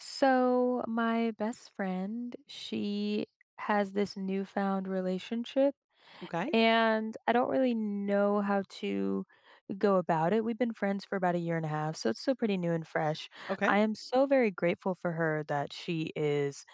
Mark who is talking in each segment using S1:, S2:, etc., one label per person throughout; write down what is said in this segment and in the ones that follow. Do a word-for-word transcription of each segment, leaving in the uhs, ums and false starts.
S1: So, my best friend, she has this newfound relationship,
S2: Okay.
S1: and I don't really know how to go about it. We've been friends for about a year and a half, so it's still pretty new and fresh.
S2: Okay.
S1: I am so very grateful for her that she is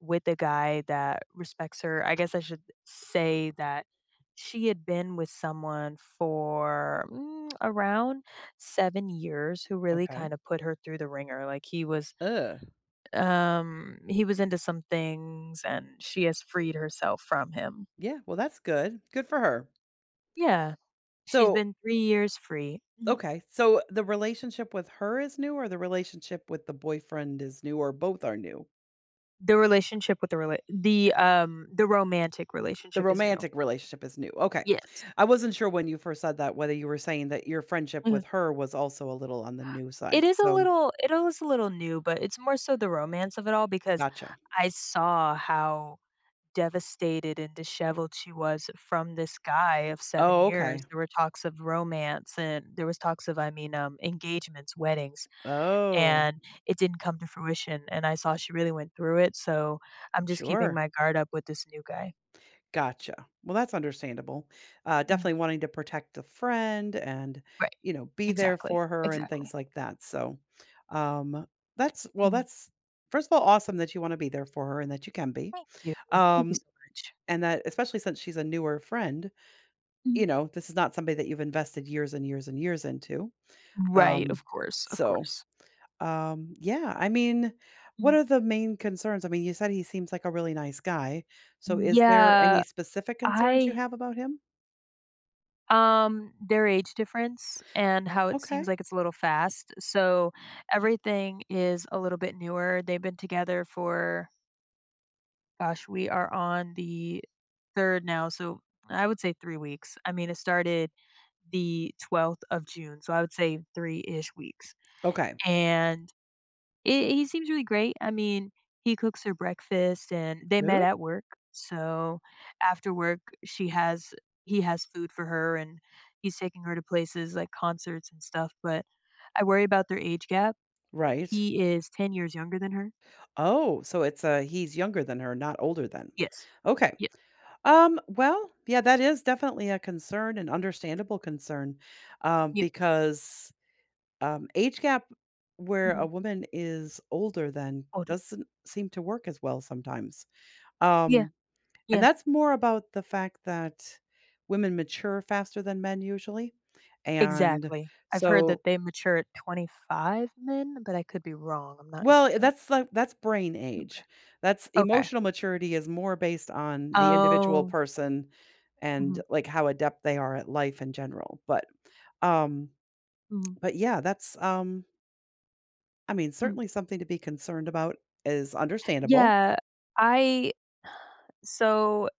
S1: with a guy that respects her. I guess I should say that she had been with someone for mm, around seven years who really
S2: Okay.
S1: kind of put her through the ringer. Like, he was
S2: Ugh.
S1: um, he was into some things and she has freed herself from him.
S2: Yeah. Well, that's good. Good for her.
S1: Yeah. She's
S2: So,
S1: been three years free. Mhm.
S2: okay. So the relationship with her is new, or the relationship with the boyfriend is new, or both are new.
S1: The relationship with the rela the, um, the romantic
S2: The
S1: relationship is new.
S2: romantic relationship is new. Okay.
S1: Yes.
S2: I wasn't sure when you first said that whether you were saying that your friendship
S1: Mhm.
S2: with her was also a little on the new side.
S1: It is a
S2: So,
S1: little it is a little new, but it's more so the romance of it all because
S2: gotcha.
S1: I saw how devastated and disheveled she was from this guy of seven
S2: Oh,
S1: years.
S2: okay.
S1: There were talks of romance and there was talks of, I mean, um, engagements, weddings.
S2: Oh,
S1: And it didn't come to fruition, and I saw she really went through it, so I'm just keeping
S2: sure.
S1: my guard up with this new guy.
S2: Gotcha. Well, that's understandable. Uh,
S1: Mhm.
S2: definitely wanting to protect a friend and,
S1: Right.
S2: you know, be there
S1: Exactly,
S2: for her and
S1: exactly.
S2: things like that. So, um, that's well,
S1: Mhm.
S2: that's first of all awesome that you want to be there for her and that you can be.
S1: Thank you. Thank you
S2: Um,
S1: so much.
S2: and that especially since she's a newer friend,
S1: Mhm.
S2: you know, this is not somebody that you've invested years and years and years into.
S1: Right,
S2: Um,
S1: of course, of
S2: so,
S1: course.
S2: um, yeah, I mean, what
S1: Mhm.
S2: are the main concerns? I mean, you said he seems like a really nice guy. So, is there any
S1: Yeah,
S2: specific concerns you
S1: I
S2: have about him?
S1: um, their age difference and how it seems
S2: Okay.
S1: like it's a little fast, so everything is a little bit newer. They've been together for, gosh, we are on the third now, so I would say three weeks. I mean, it started the twelfth of June, so I would say three-ish weeks,
S2: Okay.
S1: and he he seems really great. I mean, he cooks her breakfast, and they met
S2: Yeah.
S1: at work, so after work, she has he has food for her, and he's taking her to places like concerts and stuff, but I worry about their age gap.
S2: Right.
S1: He is ten years younger than her.
S2: Oh, so it's, uh he's younger than her, not older than.
S1: Yes.
S2: Okay.
S1: Yep,
S2: Um, well, yeah, that is definitely a concern, an understandable concern, um,
S1: yep,
S2: because, um, age gap where a
S1: mhm,
S2: woman is older than
S1: older.
S2: doesn't seem to work as well sometimes.
S1: Yeah,
S2: Um, and
S1: yeah.
S2: that's more about the fact that women mature faster than men usually, and
S1: Exactly. I've heard
S2: so
S1: that they mature at twenty-five men, but I could be wrong. I'm not
S2: well,
S1: exact
S2: eh,
S1: don't
S2: that's like that's brain age.
S1: remember.
S2: That's
S1: Okay.
S2: Emotional maturity is more based on the individual
S1: Oh.
S2: person and,
S1: Mhm,
S2: like, how adept they are at life in general, but, um
S1: mhm,
S2: but yeah, that's, um I mean,
S1: mhm.
S2: certainly something to be concerned about is understandable.
S1: Yeah, I so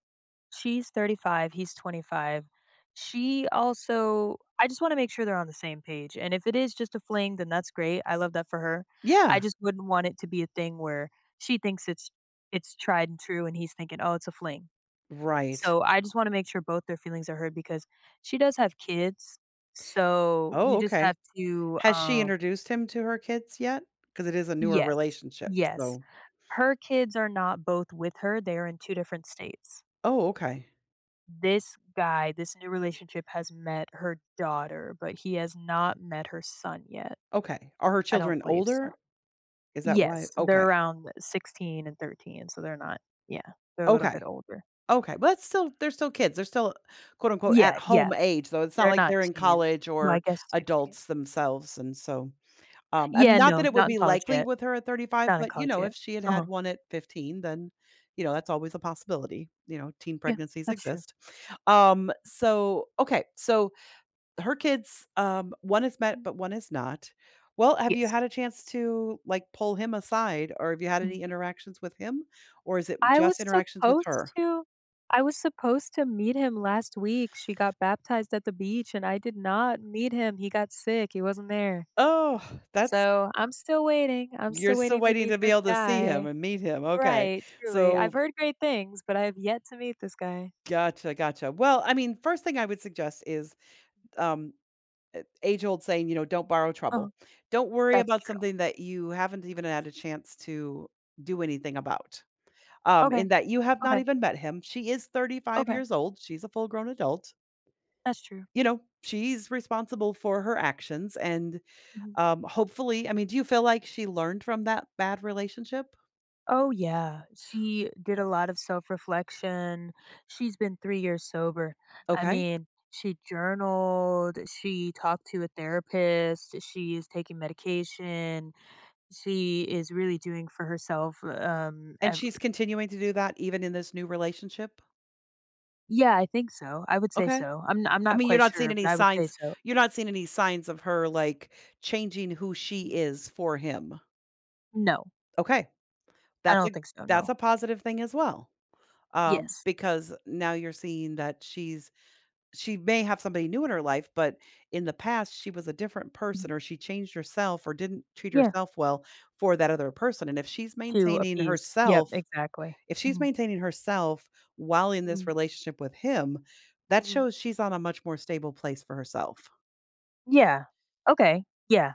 S1: she's thirty-five, he's twenty-five. She also I just wanna make sure they're on the same page, and if it is just a fling, then that's great. I love that for her. I
S2: Yeah,
S1: just wouldn't want it to be a thing where she thinks it's it's tried and true and he's thinking, "Oh, it's a fling."
S2: right.
S1: So, I just wanna make sure both their feelings are heard because she does have kids, so you
S2: Oh,
S1: just
S2: okay.
S1: have to,
S2: Has she
S1: um
S2: introduced him to her kids yet? Because it is a newer
S1: Yes,
S2: relationship,
S1: yes.
S2: so—
S1: Her kids are not both with her, they are in two different states.
S2: Oh, okay,
S1: This guy, this new relationship has met her daughter, but he has not met her son yet.
S2: okay. Are her
S1: I don't
S2: children
S1: believe so.
S2: older? Is that why?
S1: Yes,
S2: Okay,
S1: they're around sixteen and thirteen, so they're not. Yeah, they're a little bit
S2: okay.
S1: older.
S2: Okay, well, that's still they're still kids. They're still, quote, unquote, "at
S1: Yeah, yeah,
S2: home age," though. It's not
S1: they're
S2: like
S1: not
S2: they're in
S1: teens.
S2: college
S1: Well, I
S2: or
S1: guess sixteen.
S2: adults themselves, and so, um, am
S1: Yeah,
S2: not that
S1: no,
S2: it would
S1: not in
S2: be
S1: college
S2: likely
S1: yet.
S2: with her at thirty-five,
S1: Not in
S2: but, you
S1: college
S2: know,
S1: yet.
S2: if she had had
S1: Uh-huh.
S2: one at fifteen, then, you know, that's always a possibility. You know, teen
S1: Yeah,
S2: pregnancies
S1: that's true.
S2: exist. Um, so okay, so her kids, um, one is met,
S1: Mm.
S2: but one is not. Well, have you
S1: Yes.
S2: had a chance to, like, pull him aside, or have you had
S1: Mhm.
S2: any interactions with him, or is it
S1: I was
S2: just interactions with her?
S1: supposed to I was supposed to meet him last week. She got baptized at the beach, and I did not meet him. He got sick, he wasn't there.
S2: Oh, that's
S1: So, I'm still waiting. I'm
S2: you're
S1: still
S2: still
S1: waiting to
S2: waiting
S1: meet
S2: to be
S1: this
S2: able to see him
S1: guy.
S2: and meet him, okay.
S1: Right, truly. I've
S2: So
S1: heard great things, but I have yet to meet this guy.
S2: gotcha, gotcha. Well, I mean, first thing I would suggest is, um, eh, age-old saying, you know, "Don't borrow
S1: Oh.
S2: trouble." Don't worry
S1: That's
S2: about
S1: true.
S2: something that you haven't even had a chance to do anything about, um,
S1: Okay,
S2: in that you have not
S1: okay,
S2: even met him. She is thirty-five
S1: okay.
S2: years old, she's a full-grown adult.
S1: That's true.
S2: You know, she's responsible for her actions and,
S1: Mhm.
S2: um, hopefully, I mean, do you feel like she learned from that bad relationship?
S1: Oh, yeah. She did a lot of self reflection. She's been three years sober. I
S2: Okay.
S1: mean, she journaled, she talked to a therapist, she is taking medication, she is really doing for herself. Um,
S2: And
S1: ev-
S2: she's continuing to do that even in this new relationship?
S1: yeah, I think so. I would say
S2: Okay.
S1: so. I'm, I'm
S2: I
S1: not
S2: mean, you're
S1: quite
S2: not seeing
S1: sure,
S2: any
S1: but I would say
S2: signs
S1: so.
S2: you're not seeing any signs of her, like, changing who she
S1: Mm.
S2: is for him.
S1: No,
S2: Okay.
S1: I
S2: That's a
S1: don't think so.
S2: that's
S1: No.
S2: a positive thing as well, um,
S1: Yes.
S2: because now you're seeing that she's she may have somebody new in her life, but in the past, she was a different
S1: Mm.
S2: person or she changed herself or didn't treat
S1: Yeah.
S2: herself well for that other person, and if she's
S1: To
S2: maintaining
S1: appease. Yep,
S2: herself
S1: exactly.
S2: If she's
S1: Hmm.
S2: maintaining herself while in this
S1: Hmm.
S2: relationship with him, that
S1: Hmm.
S2: shows she's on a much more stable place for herself.
S1: Yeah. Okay. Yeah.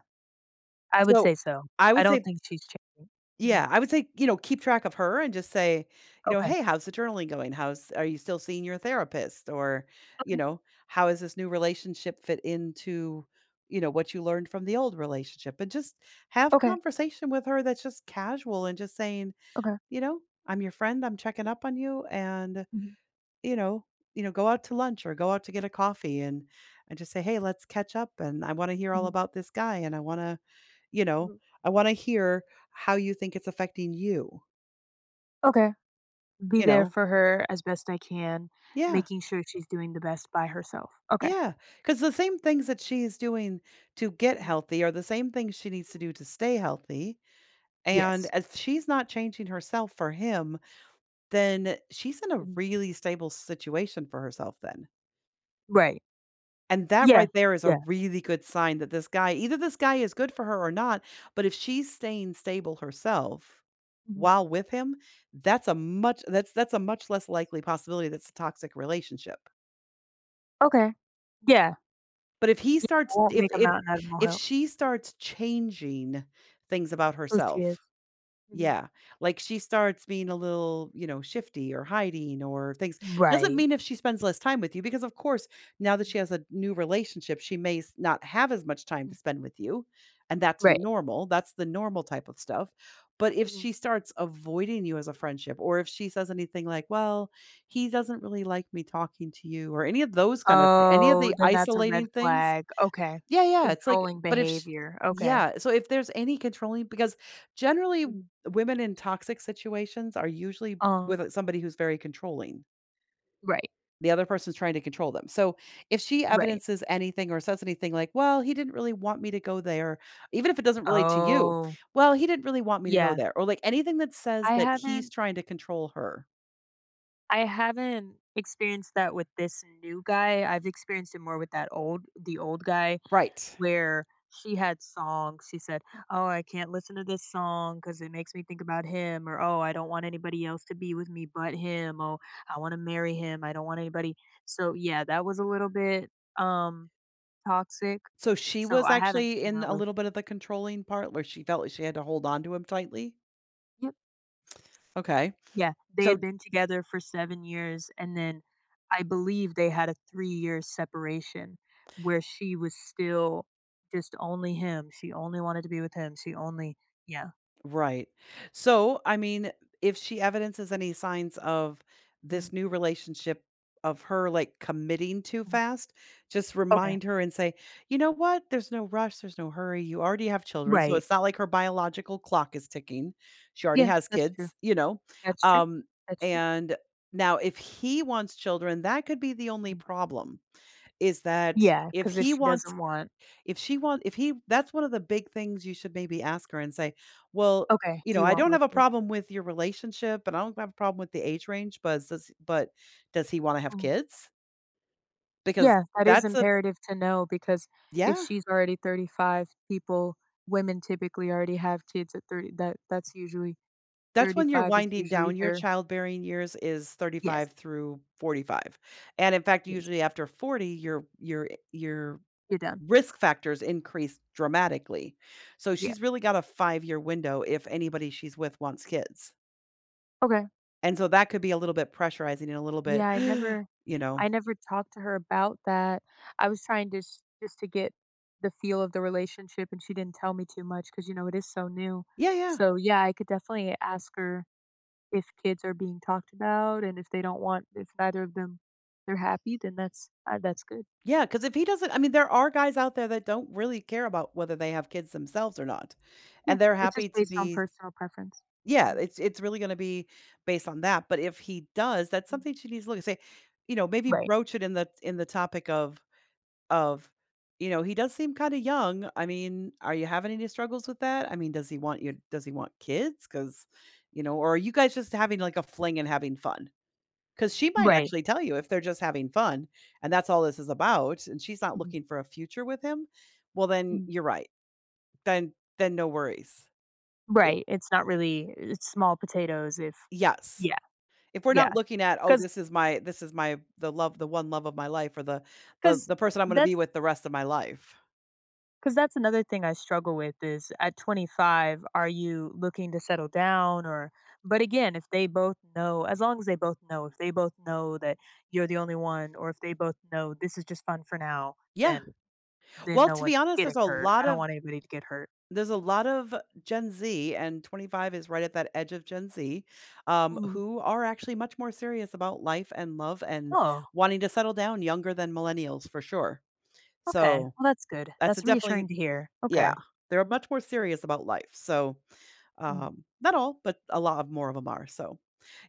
S1: I would say
S2: So,
S1: so.
S2: I
S1: I
S2: would
S1: don't
S2: say
S1: think she's changing. Mhm.
S2: yeah, I would say, you know, keep track of her and just say, you know,
S1: Okay.
S2: "Hey, how's the journaling going? How's Are you still seeing your therapist?" Or, you
S1: Okay.
S2: know, "How is this new relationship fit into, you know, what you learned from the old relationship?" And just have
S1: Okay.
S2: conversation with her that's just casual and just saying,
S1: Okay.
S2: you know, "I'm your friend, I'm checking up on you, and
S1: Mhm.
S2: you know you know, go out to lunch or go out to get a coffee and and just say, "Hey, let's catch up and I want to hear all
S1: Mhm.
S2: about this guy and I want to, you know,
S1: Mhm.
S2: I want to hear how you think it's affecting you."
S1: Okay. Be
S2: You
S1: there
S2: know?
S1: for her as best I can,
S2: Yeah.
S1: making sure she's doing the best by herself. Okay.
S2: Yeah. Cuz the same things that she's doing to get
S1: Mhm.
S2: healthy are the same things she needs to
S1: Mhm.
S2: do to stay healthy. And
S1: Yes.
S2: as she's not changing herself for him, then she's in a
S1: Mhm.
S2: really stable situation for herself then.
S1: Right.
S2: And that
S1: Yeah.
S2: right there is a
S1: Yeah.
S2: really good sign that this guy either this guy is good for her or not, but if she's staying stable herself
S1: Mhm.
S2: while with him, that's a much that's that's a much less likely possibility that's a toxic relationship.
S1: Okay. Yeah.
S2: But if he
S1: Yeah. I
S2: starts
S1: won't
S2: if
S1: make a
S2: if
S1: mountain out of a
S2: if
S1: molehill.
S2: she
S1: Mhm.
S2: starts changing things about
S1: Who she is.
S2: herself.
S1: Mhm.
S2: Yeah, like, she starts being a little, you know, shifty or hiding or things doesn't
S1: Right.
S2: mean if she spends less time with you because, of course, now that
S1: Mhm.
S2: she has a new relationship, she may s not have as much time to
S1: Mm.
S2: spend with you, and that's
S1: Right.
S2: normal, that's the normal type of stuff, but if
S1: Mhm.
S2: she starts avoiding you as a friendship or if she says anything like, "Well, he doesn't really like me talking to you," or any of those kind of thi any of
S1: Oh,
S2: the
S1: then that's a red
S2: isolating things.
S1: flag. Okay.
S2: Yeah, yeah. it's like
S1: Controlling
S2: but if sh
S1: behavior. Okay.
S2: yeah, so if there's any controlling because generally
S1: Mhm.
S2: women in toxic situations are usually
S1: Uh
S2: with uh, somebody who's very controlling.
S1: Right,
S2: The other person's trying to control them. So if she
S1: right.
S2: evidences anything or says anything like, "Well, he didn't really want me to go there," even if it doesn't relate to you,
S1: Oh,
S2: "Well, he didn't really want me to go
S1: yeah.
S2: there," or like anything that says
S1: I
S2: that he's
S1: haven't
S2: trying to control her.
S1: I haven't experienced that with this new guy, I've experienced it more with that old the old guy
S2: Right.
S1: where she had songs, she said, "Oh, I can't listen to this song because it makes me think about him," or, "Oh, I don't want anybody else to be with me but him," "Oh, I wanna marry him, I don't want anybody." So, yeah, that was a little bit, um, toxic,
S2: So she
S1: so
S2: was
S1: I haven't
S2: actually
S1: seen
S2: in
S1: her
S2: a
S1: with.
S2: little bit of the controlling part where she felt like she had to hold on to him tightly?
S1: Yep.
S2: Okay.
S1: Yeah, they had
S2: So—
S1: been together for seven years, and then I believe they had a three-year separation where she was still just only him, she only wanted to be with him, she only. Yeah,
S2: Right. So, I mean, if she evidences any signs of
S1: mhm,
S2: this new relationship of her like committing too
S1: mhm,
S2: fast, just
S1: okay,
S2: remind her and say, you know what? There's no rush. There's no hurry. You already have children. So
S1: right,
S2: it's not like her biological clock is ticking. She already
S1: yeah,
S2: has
S1: that's true,
S2: kids, you know?
S1: that's true,
S2: Um,
S1: that's true,
S2: and now if he wants children, that could be the only
S1: mm.
S2: problem is that
S1: Yeah,
S2: if
S1: because if
S2: he
S1: she
S2: wants
S1: doesn't want,
S2: if she want if he that's one of the big things you should maybe ask her and say, "Well,
S1: okay,
S2: you
S1: do
S2: know,
S1: you
S2: I
S1: want
S2: don't
S1: more
S2: have a
S1: kids?
S2: problem with your relationship, but I don't have a problem with the age range, but does but does he wanna have
S1: Mm,
S2: kids?" Because
S1: yeah, that is
S2: that's a
S1: imperative to know because if
S2: yeah,
S1: she's already thirty-five, people women typically already have kids at thirty, that that's usually
S2: that's when you're
S1: thirty-five is
S2: winding
S1: usually
S2: down. Your
S1: their.
S2: childbearing years is
S1: Yes,
S2: thirty-five through forty-five, and in fact,
S1: yes,
S2: usually after forty, your your your
S1: you're done.
S2: risk factors increase dramatically. So
S1: Yeah.
S2: she's really got a five-year window if anybody she's with wants kids.
S1: Okay.
S2: And so that could be a little bit pressurizing and a little bit,
S1: Yeah, I never
S2: you know.
S1: I never talked to her about that. I was trying to s just to get the feel of the relationship, and she didn't tell me too much because you know, it is so new.
S2: Yeah, yeah.
S1: So, yeah, I could definitely ask her if kids are being talked about and if they don't want if neither of them they're happy, then that's, uh, that's good.
S2: Yeah. Because if he doesn't, I mean, there are guys out there that don't really care about whether they have kids themselves or not,
S1: Yeah,
S2: and they're
S1: it's just
S2: happy to
S1: based on
S2: be—
S1: personal preference.
S2: Yeah,
S1: Mhm,
S2: it's it's really gonna be based on that, but if he does, that's
S1: mm.
S2: something she needs to look and say, you know, maybe
S1: Right,
S2: broach it in the in the topic of of, you know, "He does seem kinda young, I mean, are you having any struggles with that? I mean, does he want you does he want kids? Because, you know, or, "Are you guys just having, like, a fling and having fun?" 'Cause she might
S1: right.
S2: actually tell you if they're just having fun, and that's all this is about, and she's not
S1: Mhm,
S2: looking for a future with him, well, then
S1: mhm.
S2: you're right. Then then no worries. If
S1: Right, it's not really, it's small potatoes if.
S2: Yes.
S1: Yeah,
S2: If we're
S1: yeah,
S2: not
S1: yeah,
S2: looking at, "Oh,
S1: 'cause
S2: this is my this is my the love the one love of my life or the the
S1: because
S2: the person I'm gonna be with the rest of my life."
S1: that's another thing I struggle with is at twenty-five, are you looking to settle down or but again, if they both know, as long as they both know, if they both know that you're the only one or if they both know this is just fun for now,
S2: Yeah.
S1: then then
S2: Well,
S1: no
S2: to be
S1: one's
S2: honest,
S1: getting
S2: there's a
S1: hurt.
S2: lot
S1: I don't
S2: of
S1: want anybody to get hurt.
S2: There's a lot of Gen Z, and twenty-five is right at that edge of Gen Z, um,
S1: Mhm.
S2: who are actually much more serious about life and love and
S1: Oh,
S2: wanting to settle down younger than millennials for sure.
S1: okay.
S2: So
S1: Well, that's good.
S2: that's a
S1: That's
S2: definitely,
S1: reassuring to hear.
S2: yeah,
S1: Okay.
S2: they're much more serious about life. So
S1: Mhm,
S2: um, not all, but a lot of more of them are. So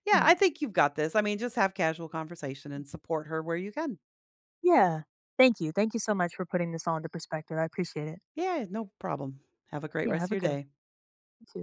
S2: yeah, I
S1: mhm.
S2: think you've got this. I mean, just have casual conversation and support her where you can.
S1: Yeah. Thank you. Thank you so much for putting this all into perspective. I appreciate it.
S2: Yeah, no problem. Have a great
S1: Yeah,
S2: rest of
S1: have a
S2: your
S1: good one.
S2: day.
S1: You too.